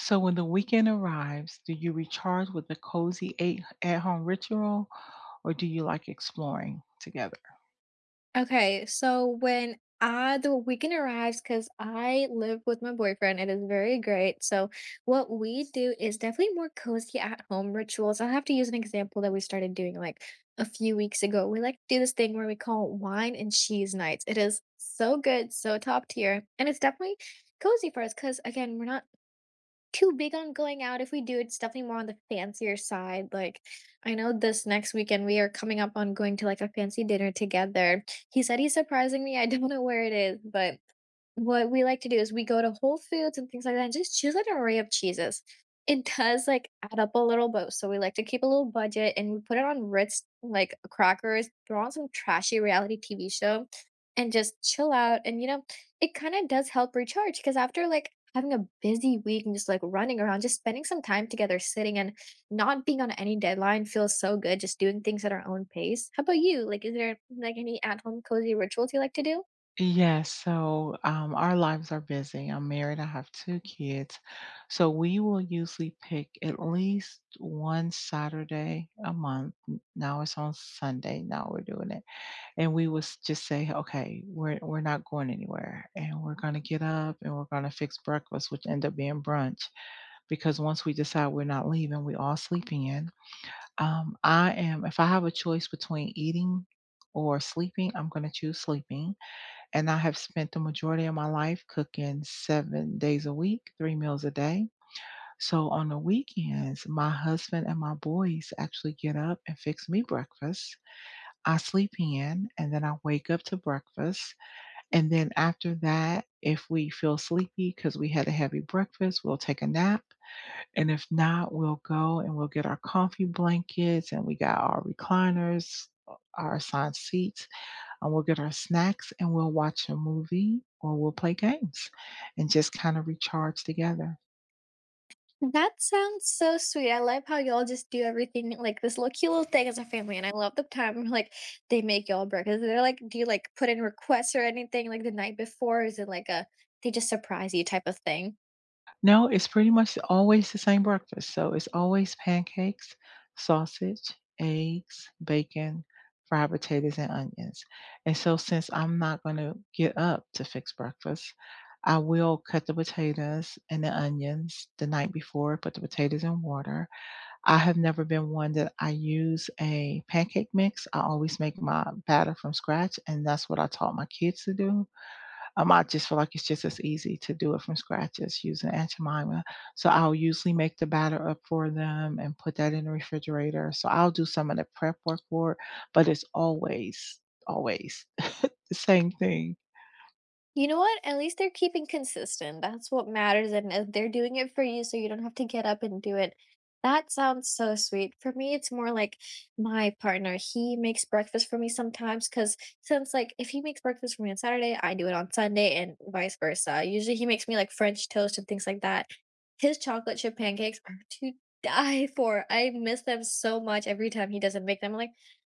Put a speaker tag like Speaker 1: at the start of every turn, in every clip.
Speaker 1: So when the weekend arrives, do you recharge with a cozy eight at-home ritual or do you like exploring together?
Speaker 2: Okay, so when I the weekend arrives, because I live with my boyfriend, it is very great. So what we do is definitely more cozy at home rituals. I'll have to use an example that we started doing like a few weeks ago. We like to do this thing where we call wine and cheese nights. It is so good, so top tier, and it's definitely cozy for us because again, we're not too big on going out. If we do, it's definitely more on the fancier side. Like, I know this next weekend we are coming up on going to like a fancy dinner together. He said he's surprising me. I don't know where it is, but what we like to do is we go to Whole Foods and things like that and just choose an array of cheeses. It does, like, add up a little bit, so we like to keep a little budget, and we put it on Ritz, like, crackers, throw on some trashy reality TV show, and just chill out, and, it kinda does help recharge because after, like, having a busy week and just, like, running around, just spending some time together sitting and not being on any deadline feels so good, just doing things at our own pace. How about you? Like, is there, like, any at-home cozy rituals you like to do?
Speaker 1: Yes, so our lives are busy. I'm married, I have two kids. So we will usually pick at least one Saturday a month. Now it's on Sunday, now we're doing it. And we will just say, okay, we're not going anywhere. And we're gonna get up and we're gonna fix breakfast, which end up being brunch. Because once we decide we're not leaving, we all sleeping in. I am, if I have a choice between eating or sleeping, I'm going to choose sleeping. And I have spent the majority of my life cooking 7 days a week, three meals a day. So on the weekends, my husband and my boys actually get up and fix me breakfast. I sleep in and then I wake up to breakfast. And then after that, if we feel sleepy because we had a heavy breakfast, we'll take a nap. And if not, we'll go and we'll get our comfy blankets and we got our recliners, our assigned seats, and we'll get our snacks and we'll watch a movie or we'll play games and just kind of recharge together.
Speaker 2: That sounds so sweet. I love how y'all just do everything like this little cute little thing as a family, and I love the time like they make y'all breakfast. They're like, do you like put in requests or anything like the night before? Is it like a they just surprise you type of thing?
Speaker 1: No, it's pretty much always the same breakfast. So it's always pancakes, sausage, eggs, bacon, fried potatoes, and onions. And so since I'm not going to get up to fix breakfast, I will cut the potatoes and the onions the night before, put the potatoes in water. I have never been one that I use a pancake mix. I always make my batter from scratch, and that's what I taught my kids to do. I just feel like it's just as easy to do it from scratch as using Aunt Jemima. So I'll usually make the batter up for them and put that in the refrigerator. So I'll do some of the prep work for it, but it's always, always the same thing.
Speaker 2: You know what? At least they're keeping consistent. That's what matters, and if they're doing it for you so you don't have to get up and do it. That sounds so sweet. For me, it's more like my partner, he makes breakfast for me sometimes. Cause since, like, if he makes breakfast for me on Saturday, I do it on Sunday and vice versa. Usually, he makes me, like, French toast and things like that. His chocolate chip pancakes are to die for. I miss them so much every time he doesn't make them. I'm like,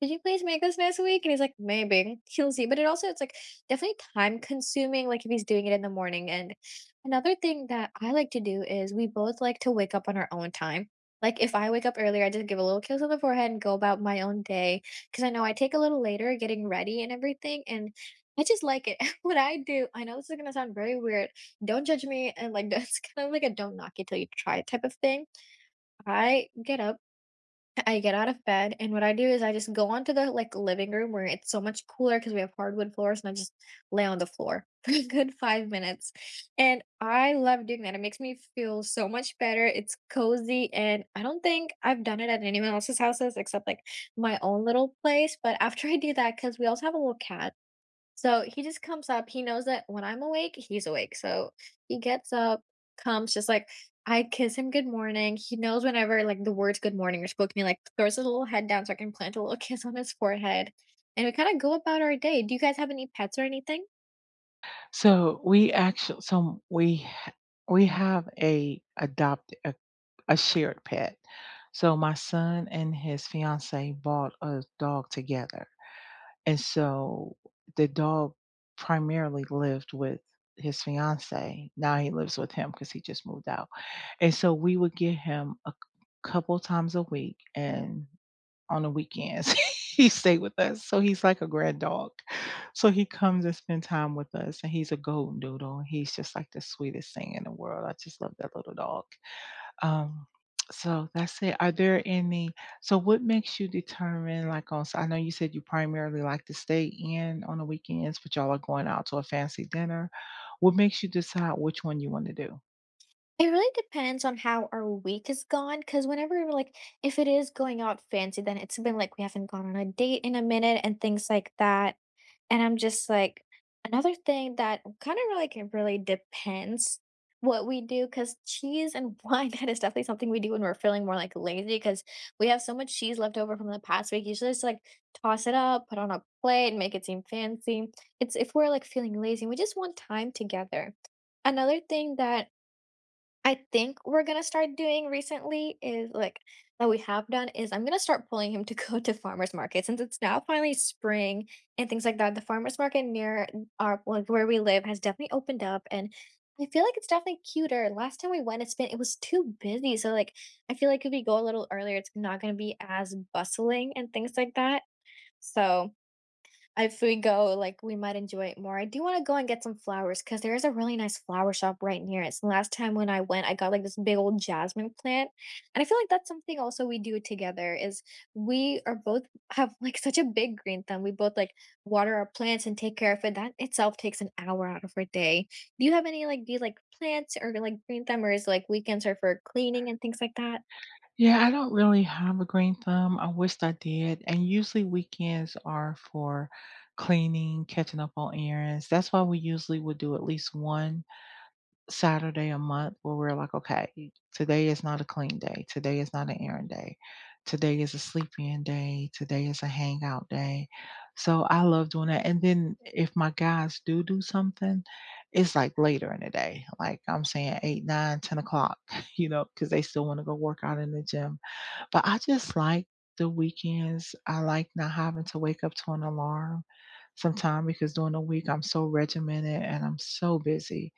Speaker 2: "Could you please make this next week?" And he's like, "Maybe." He'll see, but it also it's like definitely time consuming, like, if he's doing it in the morning, and another thing that I like to do is we both like to wake up on our own time. Like, if I wake up earlier, I just give a little kiss on the forehead and go about my own day because I know I take a little later getting ready and everything, and I just like it. What I do I know this is gonna sound very weird, don't judge me, and, like, that's kind of like a don't knock it till you try it type of thing. I get up I get out of bed, and what I do is I just go onto the, like, living room where it's so much cooler because we have hardwood floors, and I just lay on the floor for a good 5 minutes, and I love doing that, it makes me feel so much better, it's cozy, and I don't think I've done it at anyone else's houses except, like, my own little place, but after I do that, because we also have a little cat so he just comes up. He knows that when I'm awake, he's awake. So he gets up, comes just like I kiss him good morning. He knows whenever like the words good morning are spoken, he like throws his little head down so I can plant a little kiss on his forehead. And we kind of go about our day. Do you guys have any pets or anything?
Speaker 1: So we have a adopted a shared pet. So my son and his fiance bought a dog together. And so the dog primarily lived with his fiance. Now he lives with him because he just moved out. And so we would get him a couple times a week and on the weekends he stayed with us. So he's like a grand dog. So he comes and spend time with us and he's a golden doodle. He's just like the sweetest thing in the world. I just love that little dog. Um, so that's it. Are there any So what makes you determine, like, I know you said you primarily like to stay in on the weekends, but y'all are going out to a fancy dinner. What makes you decide which one you want to do?
Speaker 2: It really depends on how our week is. Cause whenever we're, like, if it is going out fancy, then it's been, like, we haven't gone on a date in a minute and things like that, and I'm just, like, another thing that kinda, like, it really depends what we do. Cause cheese and wine, that is definitely something we do when we're feeling more, like, lazy. Because we have so much cheese left over from the past week, usually just, like, toss it up, put on a plate, make it seem fancy. It's if we're, like, feeling lazy, we just want time together. Another thing that I think we're gonna start doing recently is like That we have done is I'm gonna start pulling him to go to farmers market since it's now finally spring and things like that. The farmers market near our like Where we live has definitely opened up and I feel like it's definitely cuter. Last time we went, it's been It was too busy. So like I feel like if we go a little earlier, it's not gonna be as bustling and things like that. So if we go, like, we might enjoy it more. I do wanna go and get some flowers, cause there is a really nice flower shop right near us. And last time when I went, I got, like, this big old jasmine plant, and I feel like that's something also we do together is we are both have, like, such a big green thumb. We both, like, water our plants and take care of it. That itself takes an hour out of our day. Do you have any, like, do you like plants or, like, green thumb or is, like, weekends are for cleaning and things like that?
Speaker 1: Yeah, I don't really have a green thumb. I wished I did. And usually weekends are for cleaning, catching up on errands. That's why we usually would do at least one Saturday a month where we're like, "Okay, today is not a clean day. Today is not an errand day. Today is a sleep-in day. Today is a hangout day." So, I love doing that, and then if my guys do do something, it's, like, later in the day, like, I'm saying 8, 9, 10 o'clock, you know, because they still wanna go work out in the gym. But I just like the weekends. I like not having to wake up to an alarm sometime because during the week I'm so regimented and I'm so busy.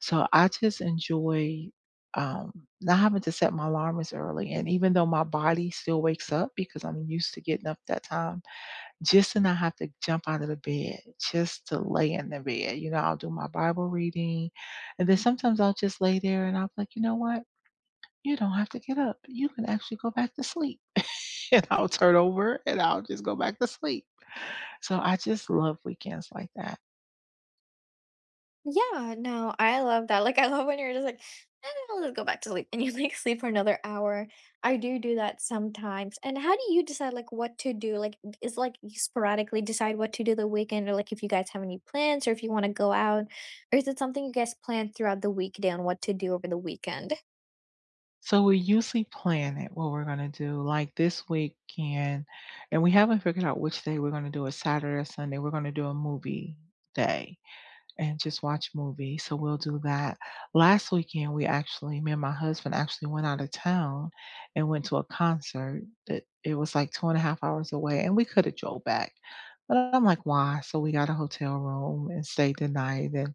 Speaker 1: So I just enjoy not having to set my alarm as early. And even though my body still wakes up because I'm used to getting up that time, just to not have to jump out of the bed, just to lay in the bed. You know, I'll do my Bible reading. And then sometimes I'll just lay there and I'll be like, you know what? "You don't have to get up. You can actually go back to sleep." And I'll turn over and I'll just go back to sleep. So I just love weekends like that.
Speaker 2: Yeah, no, I love that. Like, I love when you're just like, "Eh, I'll just go back to sleep," and you like sleep for another hour. I do do that sometimes. And how do you decide like what to do? Like, is like you sporadically decide what to do the weekend or like if you guys have any plans or if you want to go out? Or is it something you guys plan throughout the weekday on what to do over the weekend?
Speaker 1: So we usually plan it what we're gonna do. Like this weekend, and we haven't figured out which day we're gonna do it, Saturday or Sunday. We're gonna do a movie day. And just watch movies, so we'll do that. Last weekend, we actually me and my husband actually went out of town and went to a concert that it was, like, 2.5 hours away, and we coulda drove back, but I'm like, "Why?" So we got a hotel room and stayed the night, and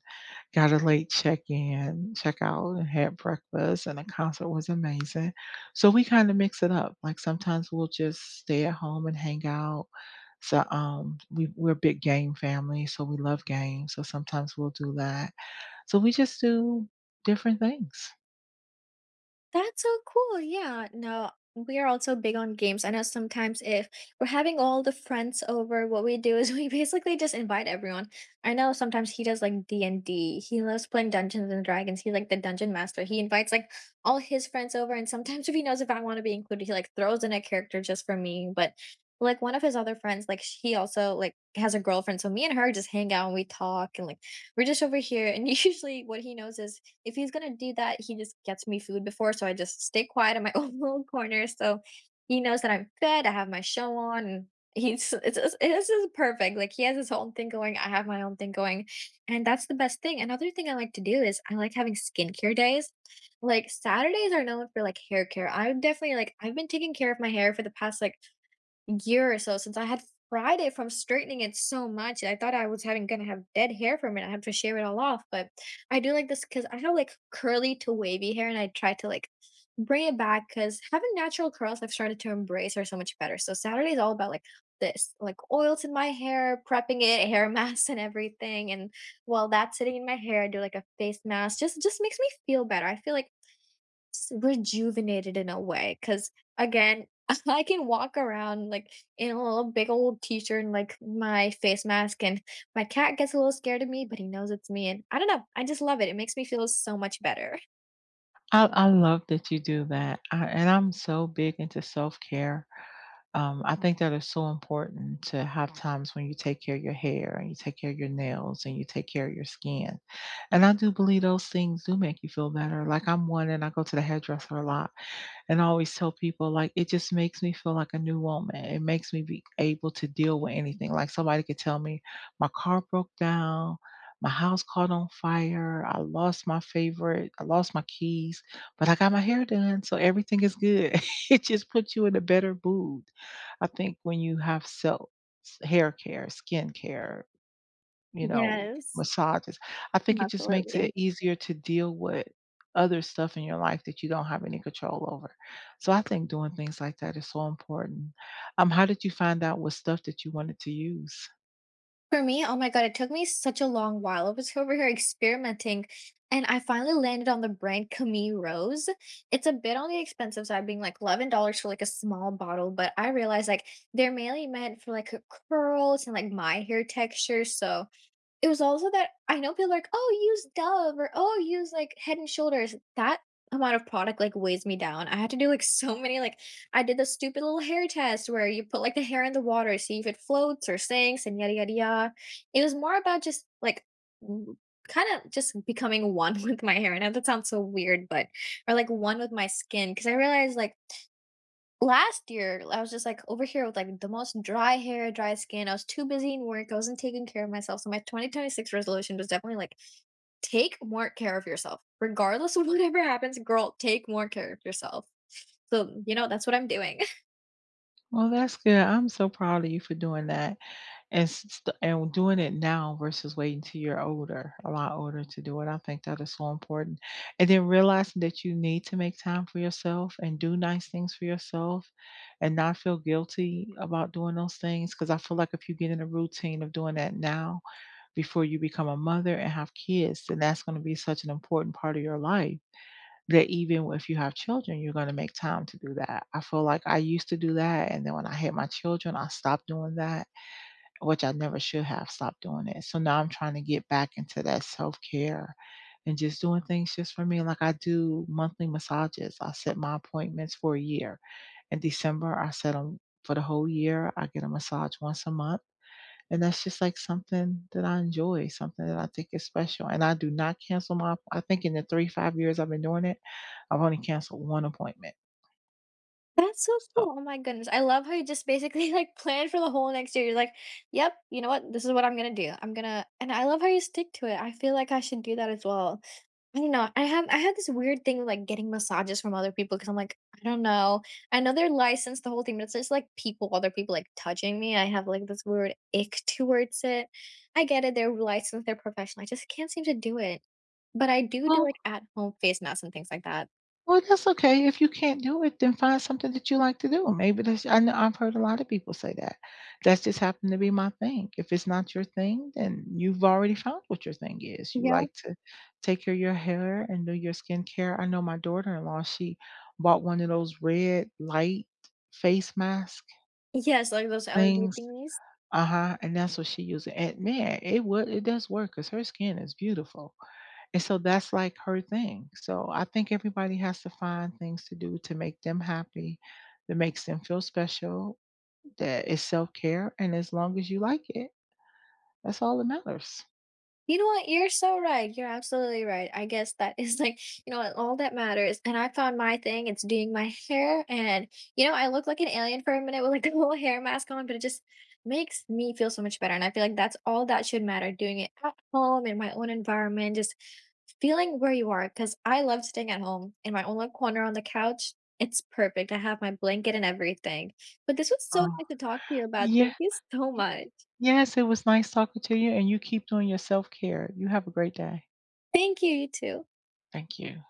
Speaker 1: got a late check-in, check-out, and had breakfast, and the concert was amazing. So we kinda mix it up. Like, sometimes we'll just stay at home and hang out. So, we're a big game family, so we love games, so sometimes we'll do that. So we just do different things.
Speaker 2: That's so cool. Yeah. No, we are also big on games. I know sometimes if we're having all the friends over, what we do is we basically just invite everyone. I know sometimes he does like D&D. He loves playing Dungeons and Dragons. He's like the dungeon master. He invites like all his friends over and sometimes if he knows if I want to be included, he like throws in a character just for me. But like one of his other friends, like he also like has a girlfriend. So me and her just hang out and we talk and like we're just over here. And usually what he knows is if he's gonna do that, he just gets me food before, so I just stay quiet in my own little corner, so he knows that I'm fed, I have my show on, and he's it's this is perfect, like, he has his own thing going, I have my own thing going, and that's the best thing. Another thing I like to do is I like having skincare days. Like, Saturdays are known for, like, hair care. I am definitely like, I've been taking care of my hair for the past, like, year or so since I had fried it from straightening it so much. I thought I was having gonna have dead hair from it. I have to shave it all off. But I do like this because I have like curly to wavy hair, and I try to like bring it back because having natural curls I've started to embrace are so much better. So Saturday is all about like this, like oils in my hair, prepping it, hair masks and everything. And while that's sitting in my hair, I do like a face mask. Just makes me feel better. I feel like rejuvenated in a way because again I can walk around like in a little big old t-shirt and like my face mask and my cat gets a little scared of me but he knows it's me and I don't know I just love it it makes me feel so much better.
Speaker 1: I love that you do that. I and I'm so big into self-care. I think that is so important to have times when you take care of your hair and you take care of your nails and you take care of your skin. And I do believe those things do make you feel better. Like I'm one and I go to the hairdresser a lot. And I always tell people, like, it just makes me feel like a new woman. It makes me be able to deal with anything. Like, somebody could tell me, my car broke down, my house caught on fire, I lost my favorite, I lost my keys, but I got my hair done, so everything is good. It just puts you in a better mood. I think when you have self hair care, skin care, you know,
Speaker 2: Yes,
Speaker 1: massages. I think it just makes
Speaker 2: absolutely.
Speaker 1: it easier to deal with other stuff in your life that you don't have any control over. So I think doing things like that is so important. How did you find out what stuff that you wanted to use?
Speaker 2: For me, oh my god, it took me such a long while. I was over here experimenting and I finally landed on the brand Camille Rose. It's a bit on the expensive side, being like $11 for like a small bottle, but I realized like they're mainly meant for like curls and like my hair texture. So it was also that I know people are like, "Oh, use Dove," or, "Oh, use, like, Head& and Shoulders." That amount of product, like, weighs me down. I had to do, like, so many, like I did the stupid little hair test where you put, like, the hair in the water, see if it floats or sinks and yada, yada, yada. It was more about just, like, kinda just becoming one with my hair. I know that sounds so weird, but or, like, one with my skin because I realized, like, last year, I was just, like, over here with, like, the most dry hair, dry skin, I was too busy in work, I wasn't taking care of myself, so my 2026 resolution was definitely, like, take more care of yourself. Regardless of whatever happens, girl, take more care of yourself. So, you know, that's what I'm doing.
Speaker 1: Well, that's good. I'm so proud of you for doing that. And s st and doing it now versus waiting till you're older, a lot older to do it. I think that is so important. And then realizing that you need to make time for yourself and do nice things for yourself and not feel guilty about doing those things. Because I feel like if you get in a routine of doing that now before you become a mother and have kids, then that's gonna be such an important part of your life that even if you have children, you're gonna make time to do that. I feel like I used to do that, and then when I had my children, I stopped doing that which I never should have stopped doing it. So now I'm trying to get back into that self care and just doing things just for me. Like I do monthly massages, I set my appointments for a year. In December, I set them for the whole year. I get a massage once a month. And that's just like something that I enjoy, something that I think is special. And I do not cancel my, I think in the 3, 5 years I've been doing it, I've only canceled one appointment.
Speaker 2: That's so
Speaker 1: So
Speaker 2: cool, oh my goodness, I love how you just basically, like, plan for the whole next year, you're like, "Yep, you know what? This is what I'm gonna do, I'm gonna," and I love how you stick to it, I feel like I should do that as well. I don't know. I had this weird thing with, like, getting massages from other people because 'cause I'm like, "I don't know." I know they're licensed, the whole thing, but it's just, like, people other people, like, touching me. I have, like, this weird ick towards it. I get it. They're licensed. They're professional. I just can't seem to do it. But I do do, like, at-home face masks and things like that.
Speaker 1: well, that's okay. If you can't do it, then find something that you like to do. Maybe that's I know I've heard a lot of people say that. That's just happened to be my thing. If it's not your thing, then you've already found what your thing is. You
Speaker 2: Yeah.
Speaker 1: like to take care of your hair and do your skincare. I know my daughter-in-law, she bought one of those red light face mask
Speaker 2: Yes, like those LED
Speaker 1: things.
Speaker 2: thingies.
Speaker 1: Uh-huh. And that's what she uses. And man, it does work because her skin is beautiful. And so that's like her thing. So I think everybody has to find things to do to make them happy, that makes them feel special, that is self care. And as long as you like it, that's all that matters.
Speaker 2: You know what? You're so right. You're absolutely right. I guess that is like, you know what, all that matters. And I found my thing. It's doing my hair. And, you know, I look like an alien for a minute with like a little hair mask on, but it just makes me feel so much better. And I feel like that's all that should matter doing it at home in my own environment, just feeling where you are. Cause I love staying at home in my own little corner on the couch. It's perfect. I have my blanket and everything. But this was so
Speaker 1: Oh,
Speaker 2: nice to talk to you about. Thank
Speaker 1: yeah.
Speaker 2: you so
Speaker 1: y-
Speaker 2: much.
Speaker 1: y- Yes, it was nice talking to you. And you keep doing your self care. You have a great day.
Speaker 2: Thank you, you too.
Speaker 1: Thank you.